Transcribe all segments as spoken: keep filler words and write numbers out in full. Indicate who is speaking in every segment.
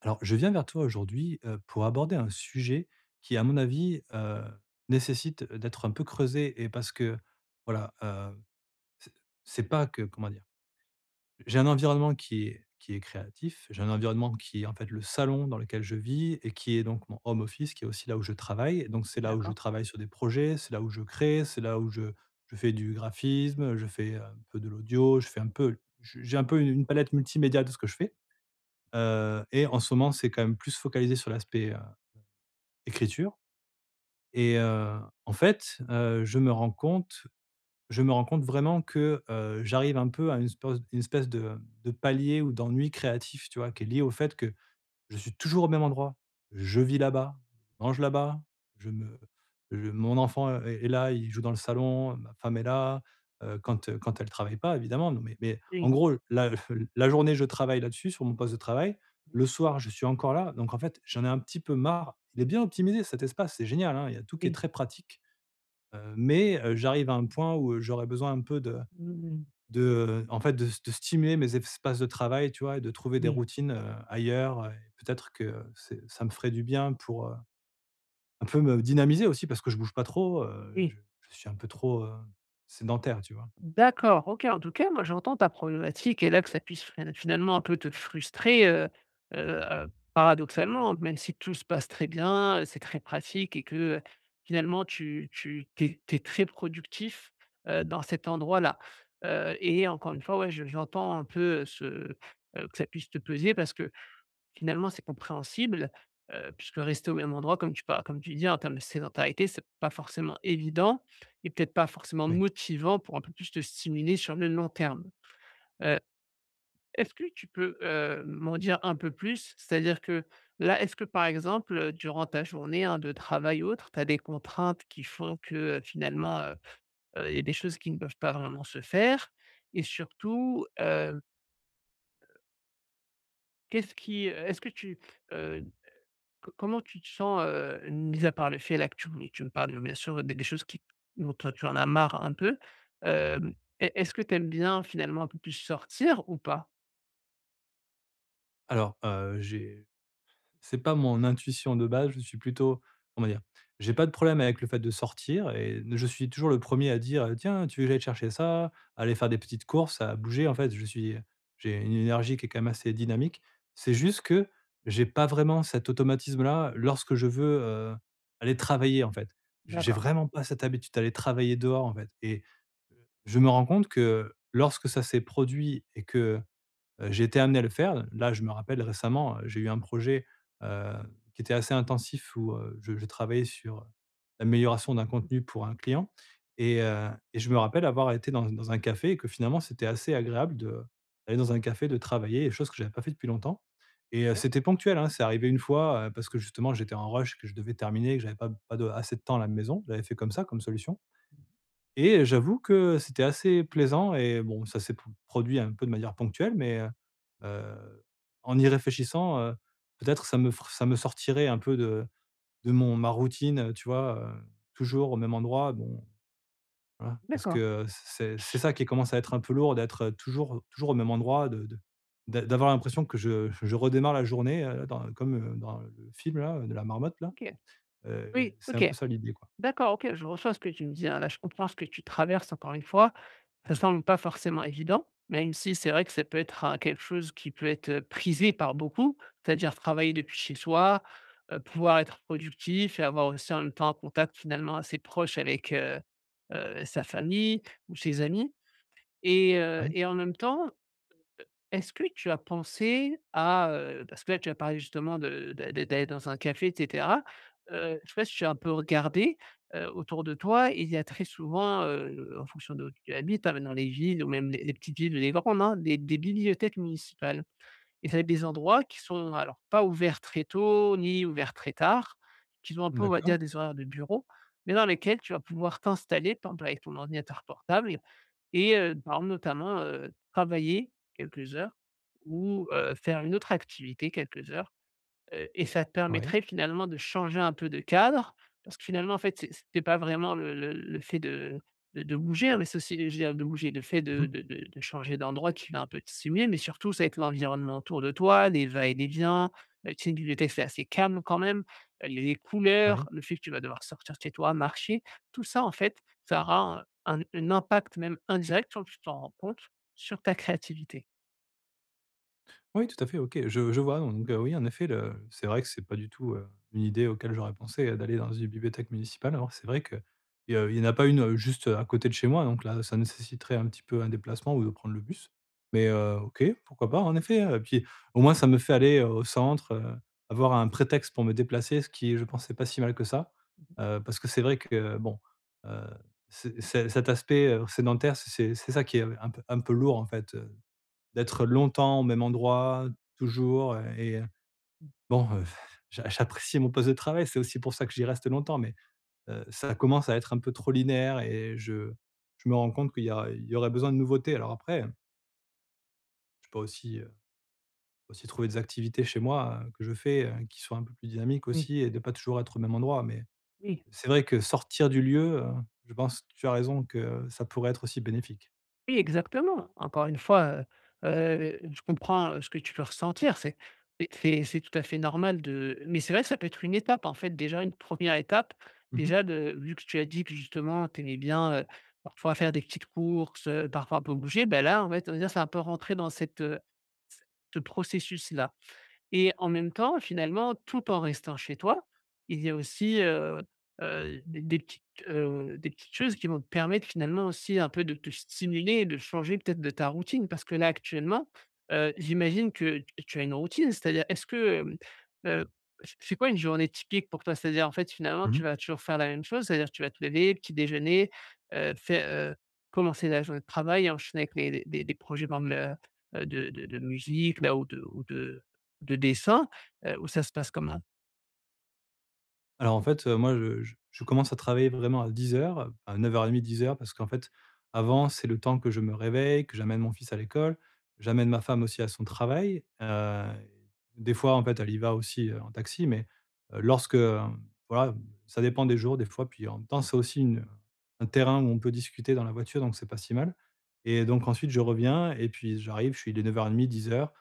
Speaker 1: Alors, je viens vers toi aujourd'hui euh, pour aborder un sujet qui, à mon avis, euh, nécessite d'être un peu creusé et parce que, voilà, euh, c'est c'est pas que, comment dire, j'ai un environnement qui est, qui est créatif, j'ai un environnement qui est en fait le salon dans lequel je vis et qui est donc mon home office, qui est aussi là où je travaille. Et donc, c'est là où je
Speaker 2: D'accord.
Speaker 1: travaille sur des projets, c'est là où je crée, c'est là où je, je fais du graphisme, je fais un peu de l'audio, je fais un peu, j'ai un peu une une palette multimédia de ce que je fais. Heu et en ce moment, c'est quand même plus focalisé sur l'aspect, heu, écriture et heu, en fait, heu, je me rends compte je me rends compte vraiment que, heu, j'arrive un peu à une espèce une espèce de, de palier ou d'ennui créatif, tu vois? Qui est lié au fait que je suis toujours au même endroit. Je vis là-bas, je mange là-bas, je me je mon enfant, euh, est est là, il joue dans le salon, ma femme est là, heu, quand, heu, quand elle travaille pas évidemment, non mais mais en
Speaker 2: Oui,
Speaker 1: gros la la journée je travaille là-dessus sur mon poste de travail.
Speaker 2: oui,
Speaker 1: Le soir, je suis encore là, donc en fait, j'en ai un petit peu marre. Il est bien optimisé cet espace, c'est génial, hein, il y a tout qui est
Speaker 2: oui.
Speaker 1: très pratique, heu, mais, heu, j'arrive à un point où, euh, j'aurais besoin un peu de
Speaker 2: Mmh.
Speaker 1: de, heu, en fait, de de stimuler mes espaces de travail, tu vois? Et de trouver des
Speaker 2: Oui,
Speaker 1: routines, heu, ailleurs, heu, et peut-être que c'est ça me ferait du bien pour, heu, un peu me dynamiser aussi parce que je bouge pas trop, heu, je
Speaker 2: oui.
Speaker 1: je suis un peu trop, heu, sédentaire, tu vois?
Speaker 2: D'accord, OK. En tout cas, moi, j'entends ta problématique et là, que ça puisse fin finalement un peu te frustrer, heu heu, paradoxalement, même si tout se passe très bien, heu, c'est très pratique et que, heu, finalement tu tu tu es très productif, heu, dans cet endroit-là. Heu et encore une fois, ouais, je j'entends un peu, ce, heu, que ça puisse te peser parce que finalement, c'est compréhensible, heu, puisque rester au même endroit, comme tu pas comme tu dis, en termes de sédentarité, c'est pas forcément évident et peut-être pas forcément
Speaker 1: Oui.
Speaker 2: motivant pour un peu plus te stimuler sur le long terme. Heu, est-ce que tu peux, heu, m'en dire un peu plus? C'est-à-dire que là, est-ce que, par exemple, heu, durant ta journée, hein, de travail ou autre, tu as des contraintes qui font que, heu, finalement, heu, heu, il y a des choses qui ne peuvent pas vraiment se faire? Et surtout, heu, qu'est-ce qui, est-ce que tu, Co comment tu te sens, heu, mis à part le fait là que tu me tu me parles bien sûr des des choses qui dont toi tu en as marre un peu, hem, est est-ce que tu aimes bien finalement un peu plus sortir ou pas?
Speaker 1: Alors, heu, j'ai c'est pas mon intuition de base, je suis plutôt comment dire? J'ai pas de problème avec le fait de sortir et je suis toujours le premier à dire: «Tiens, tu veux que j'aille chercher ça?» aller faire des petites courses, à bouger en fait, je suis j'ai une énergie qui est quand même assez dynamique. C'est juste que j'ai pas vraiment cet automatisme-là lorsque je veux, heu, aller travailler en fait. J'ai
Speaker 2: D'accord.
Speaker 1: vraiment pas cette habitude d'aller travailler dehors en fait et je me rends compte que lorsque ça s'est produit et que Heu, j'ai été amené à le faire. Là, je me rappelle récemment, heu, j'ai eu un projet, heu, qui était assez intensif où, heu, je je travaillais sur l'amélioration d'un contenu pour un client et heu et je me rappelle avoir été dans dans un café et que finalement c'était assez agréable de d'aller dans un café, de travailler, chose que j'avais pas fait depuis longtemps et heu,
Speaker 2: OK.
Speaker 1: c'était ponctuel, hein. C'est arrivé une fois, heu, parce que justement j'étais en rush, que je devais terminer, que j'avais pas pas de assez de temps à la maison. J'avais fait comme ça, comme solution et j'avoue que c'était assez plaisant et bon, ça s'est p produit un peu de manière ponctuelle, mais heu heu, en y réfléchissant, heu, peut-être ça me fr ça me sortirait un peu de de mon ma routine, heu, tu vois? Heu, toujours au même endroit, bon, voilà, parce
Speaker 2: D'accord.
Speaker 1: que c'est c'est ça qui commence à être un peu lourd d'être toujours toujours au même endroit, de de d'a d'avoir l'impression que je je redémarre la journée, heu, dans comme, heu, dans le film là, de la marmotte là.
Speaker 2: OK.
Speaker 1: Heu,
Speaker 2: Oui,
Speaker 1: c'est un
Speaker 2: OK.
Speaker 1: peu ça l'idée, quoi.
Speaker 2: D'accord, OK, je reçois ce que tu me dis, hein. Là, je comprends ce que tu traverses encore une fois. Ça semble pas forcément évident, même si c'est vrai que ça peut être, hein, quelque chose qui peut être, heu, prisé par beaucoup, c'est-à-dire travailler depuis chez soi, heu, pouvoir être productif et avoir aussi en même temps un contact finalement assez proche avec, heu heu, sa famille ou ses amis et heu
Speaker 1: Oui.
Speaker 2: et en même temps est-ce que tu as pensé à, heu, parce que là, tu as parlé justement de d'a d'a d'aller dans un café et cetera. Heu, je ne sais pas si tu as un peu regardé, heu, autour de toi. Il y a très souvent, heu, en fonction de où tu habites, hein, dans les villes ou même les les petites villes ou les grandes, hein, des des bibliothèques municipales, et ça va être des endroits qui sont alors pas ouverts très tôt ni ouverts très tard, qui ont un peu, on va
Speaker 1: D'accord.
Speaker 2: dire, des horaires de bureau, mais dans lesquels tu vas pouvoir t'installer, par exemple avec ton ordinateur portable et heu, par exemple, notamment, heu, travailler quelques heures ou heu, faire une autre activité quelques heures. Heu et ça te
Speaker 1: Oui.
Speaker 2: permettrait finalement de changer un peu de cadre, parce que finalement, en fait, c'est c'était pas vraiment le le le fait de de de bouger, hein, mais c'est aussi, je veux dire, de bouger, le fait de
Speaker 1: Mmh.
Speaker 2: de de de changer d'endroit qui va un peu te stimuler, mais surtout ça va être l'environnement autour de toi, les va-et-vient. heu, tu sais, une bibliothèque, c'est assez calme quand même. Euh, Il y a les
Speaker 1: Oui.
Speaker 2: couleurs, le fait que tu vas devoir sortir de chez toi, marcher, tout ça en fait, ça aura un un un impact même indirect sans que tu t'en rends compte sur ta créativité.
Speaker 1: Oui, tout à fait, OK, je je vois donc heu, oui, en effet, le c'est vrai que c'est pas du tout, heu, une idée auquel j'aurais pensé, heu, d'aller dans une bibliothèque municipale. Alors c'est vrai que, il y il y en a pas une, heu, juste, à côté de chez moi, donc là, ça nécessiterait un petit peu un déplacement ou de prendre le bus. Mais heu, OK, pourquoi pas, en effet, heu, puis au moins ça me fait aller, heu, au centre, heu, avoir un prétexte pour me déplacer, ce qui, je pensais pas si mal que ça. Heu, parce que c'est vrai que bon, heu, c'est c'est cet aspect, heu, sédentaire, c'est c'est ça qui est un peu un peu lourd, en fait, d'être longtemps au même endroit, toujours, heu et heu, bon, heu, j'a j'apprécie mon poste de travail, c'est aussi pour ça que j'y reste longtemps, mais heu, ça commence à être un peu trop linéaire et je je me rends compte qu'il y a il y aurait besoin de nouveautés. Alors après, je peux aussi, heu, aussi trouver des activités chez moi, heu, que je fais, heu, qui soient un peu plus dynamiques
Speaker 2: Oui,
Speaker 1: aussi et de pas toujours être au même endroit, mais
Speaker 2: oui.
Speaker 1: c'est vrai que sortir du lieu, heu, je pense que tu as raison que ça pourrait être aussi bénéfique.
Speaker 2: Oui, exactement. Encore une fois, heu heu, je comprends, heu, ce que tu peux ressentir. C'est c'est c'est c'est tout à fait normal, de mais c'est vrai que ça peut être une étape, en fait, déjà une première étape,
Speaker 1: Mmh mh.
Speaker 2: déjà, de vu que tu as dit que justement tu aimais bien, heu, parfois faire des petites courses, heu, parfois un peu bouger. Ben là, en fait, on va dire, c'est un peu rentrer dans cette, heu, ce processus-là. Et en même temps, finalement, tout en restant chez toi, il y a aussi, heu heu, des des petites, heu, des petites choses qui vont te permettre finalement aussi un peu de te stimuler et de changer peut-être de ta routine. Parce que là, actuellement, heu, j'imagine que t tu as une routine, c'est-à-dire est-ce que, hem, heu, c c'est quoi une journée typique pour toi? C'est-à-dire, en fait, finalement, tu
Speaker 1: Mmh.
Speaker 2: vas toujours faire la même chose? C'est-à-dire tu vas te lever, petit déjeuner, heu, fai heu, commencer la journée de travail, enchaîner avec les les les projets par exemple, heu heu, de de de musique là ou de ou de de dessin, heu, ou ça se passe comment?
Speaker 1: Alors en fait, heu, moi je je je commence à travailler vraiment à dix heures, à neuf heures trente, dix heures, parce qu'en fait, avant, c'est le temps que je me réveille, que j'amène mon fils à l'école, j'amène ma femme aussi à son travail, heu, des fois, en fait, elle y va aussi, heu, en taxi, mais, heu, lorsque, hem, voilà, ça dépend des jours, des fois, puis en même temps, c'est aussi une un terrain où on peut discuter dans la voiture, donc c'est pas si mal et donc ensuite je reviens et puis j'arrive, je suis il est neuf heures trente dix heures.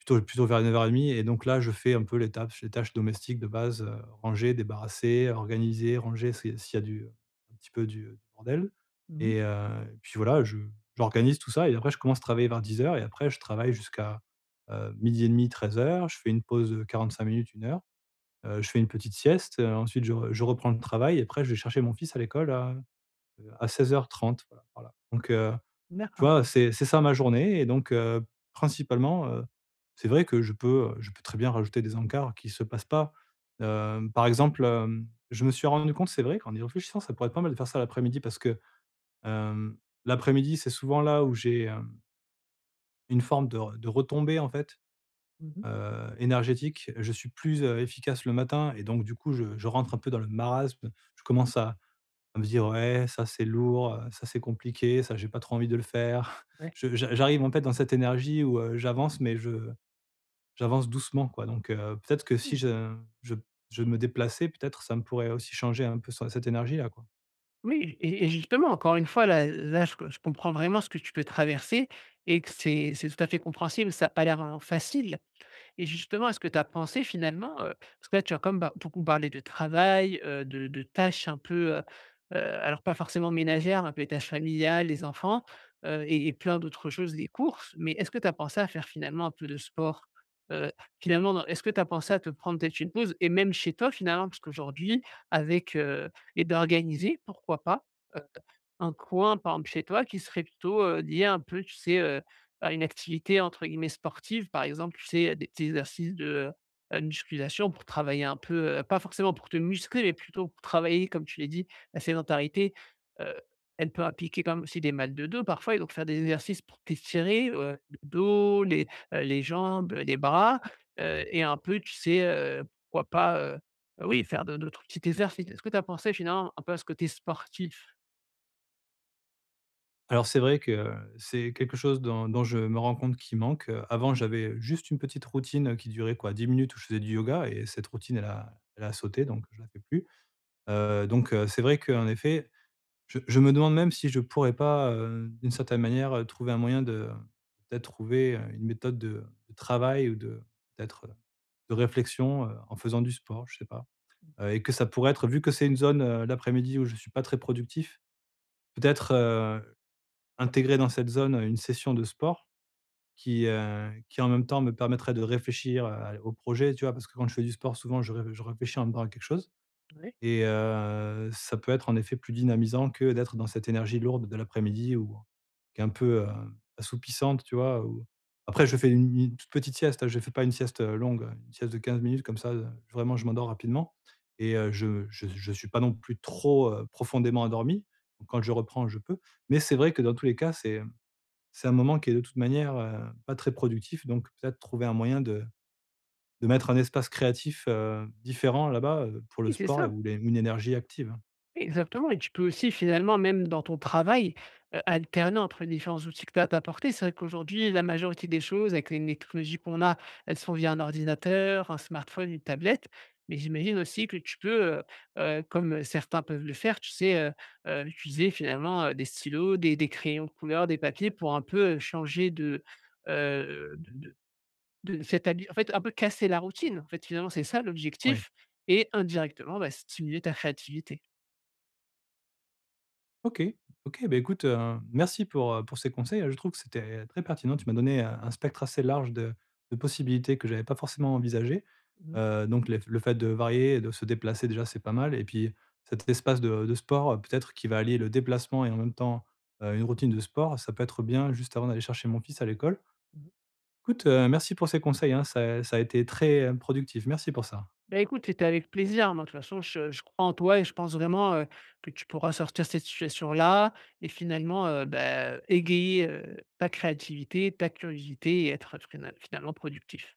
Speaker 1: Plutôt plutôt vers neuf heures trente et donc là, je fais un peu les tâches les tâches domestiques de base, heu, ranger, débarrasser, organiser, ranger s'il s'il y a du, euh, un petit peu du, heu, bordel
Speaker 2: Mmh.
Speaker 1: et heu, et puis voilà, je j'organise tout ça et après je commence à travailler vers dix heures et après je travaille jusqu'à, euh, midi et demi treize heures. Je fais une pause de cinq minutes, une heure, heu, je fais une petite sieste, heu, ensuite je re je reprends le travail et après je vais chercher mon fils à l'école à, heu, à seize heures trente. Voilà, voilà donc heu tu
Speaker 2: D'accord.
Speaker 1: vois? C'est c'est ça ma journée et donc heu, principalement, heu, c'est vrai que je peux, je peux très bien rajouter des encarts qui se passent pas. Hem, par exemple, hem, je me suis rendu compte, c'est vrai qu'en y réfléchissant, ça pourrait être pas mal de faire ça l'après-midi parce que, hem, l'après-midi, c'est souvent là où j'ai, hem, une forme de re de retombée, en fait,
Speaker 2: Mmh.
Speaker 1: heu, énergétique. Je suis plus, heu, efficace le matin et donc du coup, je je rentre un peu dans le marasme. Je commence à à me dire: «Ouais, ça c'est lourd, heu, ça c'est compliqué, ça j'ai pas trop envie de le faire».
Speaker 2: Ouais.
Speaker 1: Je j'a j'arrive en fait dans cette énergie où, heu, j'avance, mais je j'avance doucement quoi donc heu, peut-être que si je je je me déplaçais, peut-être ça me pourrait aussi changer un peu ce cette énergie-là quoi.
Speaker 2: Oui, et et justement, encore une fois, là là, je je comprends vraiment ce que tu peux traverser et que c'est c'est tout à fait compréhensible. Ça n'a pas l'air, heu, facile. Et justement, est-ce que tu as pensé finalement, heu, parce que là, tu as comme bar beaucoup parlé de travail, heu, de de tâches un peu, heu heu, alors pas forcément ménagères, un peu les tâches familiales, les enfants, heu et et plein d'autres choses, des courses. Mais est-ce que tu as pensé à faire finalement un peu de sport? Heu, finalement, dans est-ce que tu as pensé à te prendre peut-être une pause et même chez toi finalement? Parce qu'aujourd'hui avec, heu et d'organiser, pourquoi pas? Un coin, par exemple, chez toi qui serait plutôt, heu, lié un peu, tu sais, heu, à une activité entre guillemets «sportive», par exemple, tu sais, des petits exercices de, heu, musculation pour travailler un peu, heu, pas forcément pour te muscler, mais plutôt pour travailler, comme tu l'as dit, la sédentarité, heu, elle peut impliquer quand même aussi des mal de dos parfois, et donc faire des exercices pour t'étirer, heu, le dos, les, heu, les jambes, les bras, heu et un peu, tu sais, heu, pourquoi pas, heu, oui, faire de d'autres petits exercices. Est-ce que tu as pensé finalement un peu à ce côté sportif?
Speaker 1: Alors c'est vrai que euh, c'est quelque chose dont dont je me rends compte qui manque, heu, avant j'avais juste une petite routine qui durait quoi dix minutes où je faisais du yoga et cette routine elle a elle a sauté donc je la fais plus, heu, donc heu, c'est vrai qu'en effet je je me demande même si je pourrais pas, heu, d'une certaine manière, heu, trouver un moyen de peut-être trouver, heu, une méthode de de travail ou de peut-être, heu, de réflexion, heu, en faisant du sport, je sais pas.
Speaker 2: Mmh.
Speaker 1: Heu, et que ça pourrait être vu que c'est une zone, heu, l'après-midi où je suis pas très productif, peut-être, heu, intégrer dans cette zone, heu, une session de sport qui, heu, qui en même temps me permettrait de réfléchir, heu, au projet, tu vois? Parce que quand je fais du sport souvent je ré je réfléchis en même temps à quelque chose.
Speaker 2: Ouais.
Speaker 1: Et heu, ça peut être en effet plus dynamisant que d'être dans cette énergie lourde de l'après-midi ou qui est un peu, heu, assoupissante, tu vois? Ou après je fais une une toute petite sieste, hein, je ne fais pas une sieste, heu, longue, une sieste de quinze minutes comme ça, heu, vraiment je m'endors rapidement et heu, je ne suis pas non plus trop, heu, profondément endormi. Donc quand je reprends, je peux. Mais c'est vrai que dans tous les cas, c'est, c'est un moment qui est de toute manière, heu, pas très productif, donc peut-être trouver un moyen de de mettre un espace créatif, heu, différent là-bas, heu, pour le
Speaker 2: Oui, c'est
Speaker 1: sport et
Speaker 2: ça.
Speaker 1: ou les ou une énergie active.
Speaker 2: Exactement, et tu peux aussi finalement même dans ton travail, heu, alterner entre les différents outils que tu as apportés. C'est vrai qu'aujourd'hui, la majorité des choses avec les technologies qu'on a, elles sont via un ordinateur, un smartphone, une tablette. Mais j'imagine aussi que tu peux, heu heu, comme certains peuvent le faire, tu sais, heu heu, utiliser finalement, heu, des stylos, des des crayons de couleur, des papiers pour un peu, heu, changer de, heu, de de de cette habi en fait, un peu casser la routine. En fait, finalement, c'est ça
Speaker 1: Ouais.
Speaker 2: l'objectif, et indirectement, bah, stimuler ta créativité.
Speaker 1: OK. OK, bah, écoute, heu, merci pour, heu, pour ces conseils, hein. Je trouve que c'était très pertinent. Tu m'as donné un un spectre assez large de de possibilités que j'avais pas forcément envisagées.
Speaker 2: Mmh.
Speaker 1: Heu, donc les le fait de varier et de se déplacer déjà, c'est pas mal et puis cet espace de de sport, heu, peut-être qui va allier le déplacement et en même temps, heu, une routine de sport, ça peut être bien juste avant d'aller chercher mon fils à l'école. Écoute, heu, merci pour ces conseils, hein, ça ça a été très, heu, productif. Merci pour ça.
Speaker 2: Bah, écoute, c'était avec plaisir. Moi, de toute façon, je je crois en toi et je pense vraiment, heu, que tu pourras sortir de cette situation-là et finalement, heu, bah, égayer, heu, ta créativité, ta curiosité et être, fina finalement productif.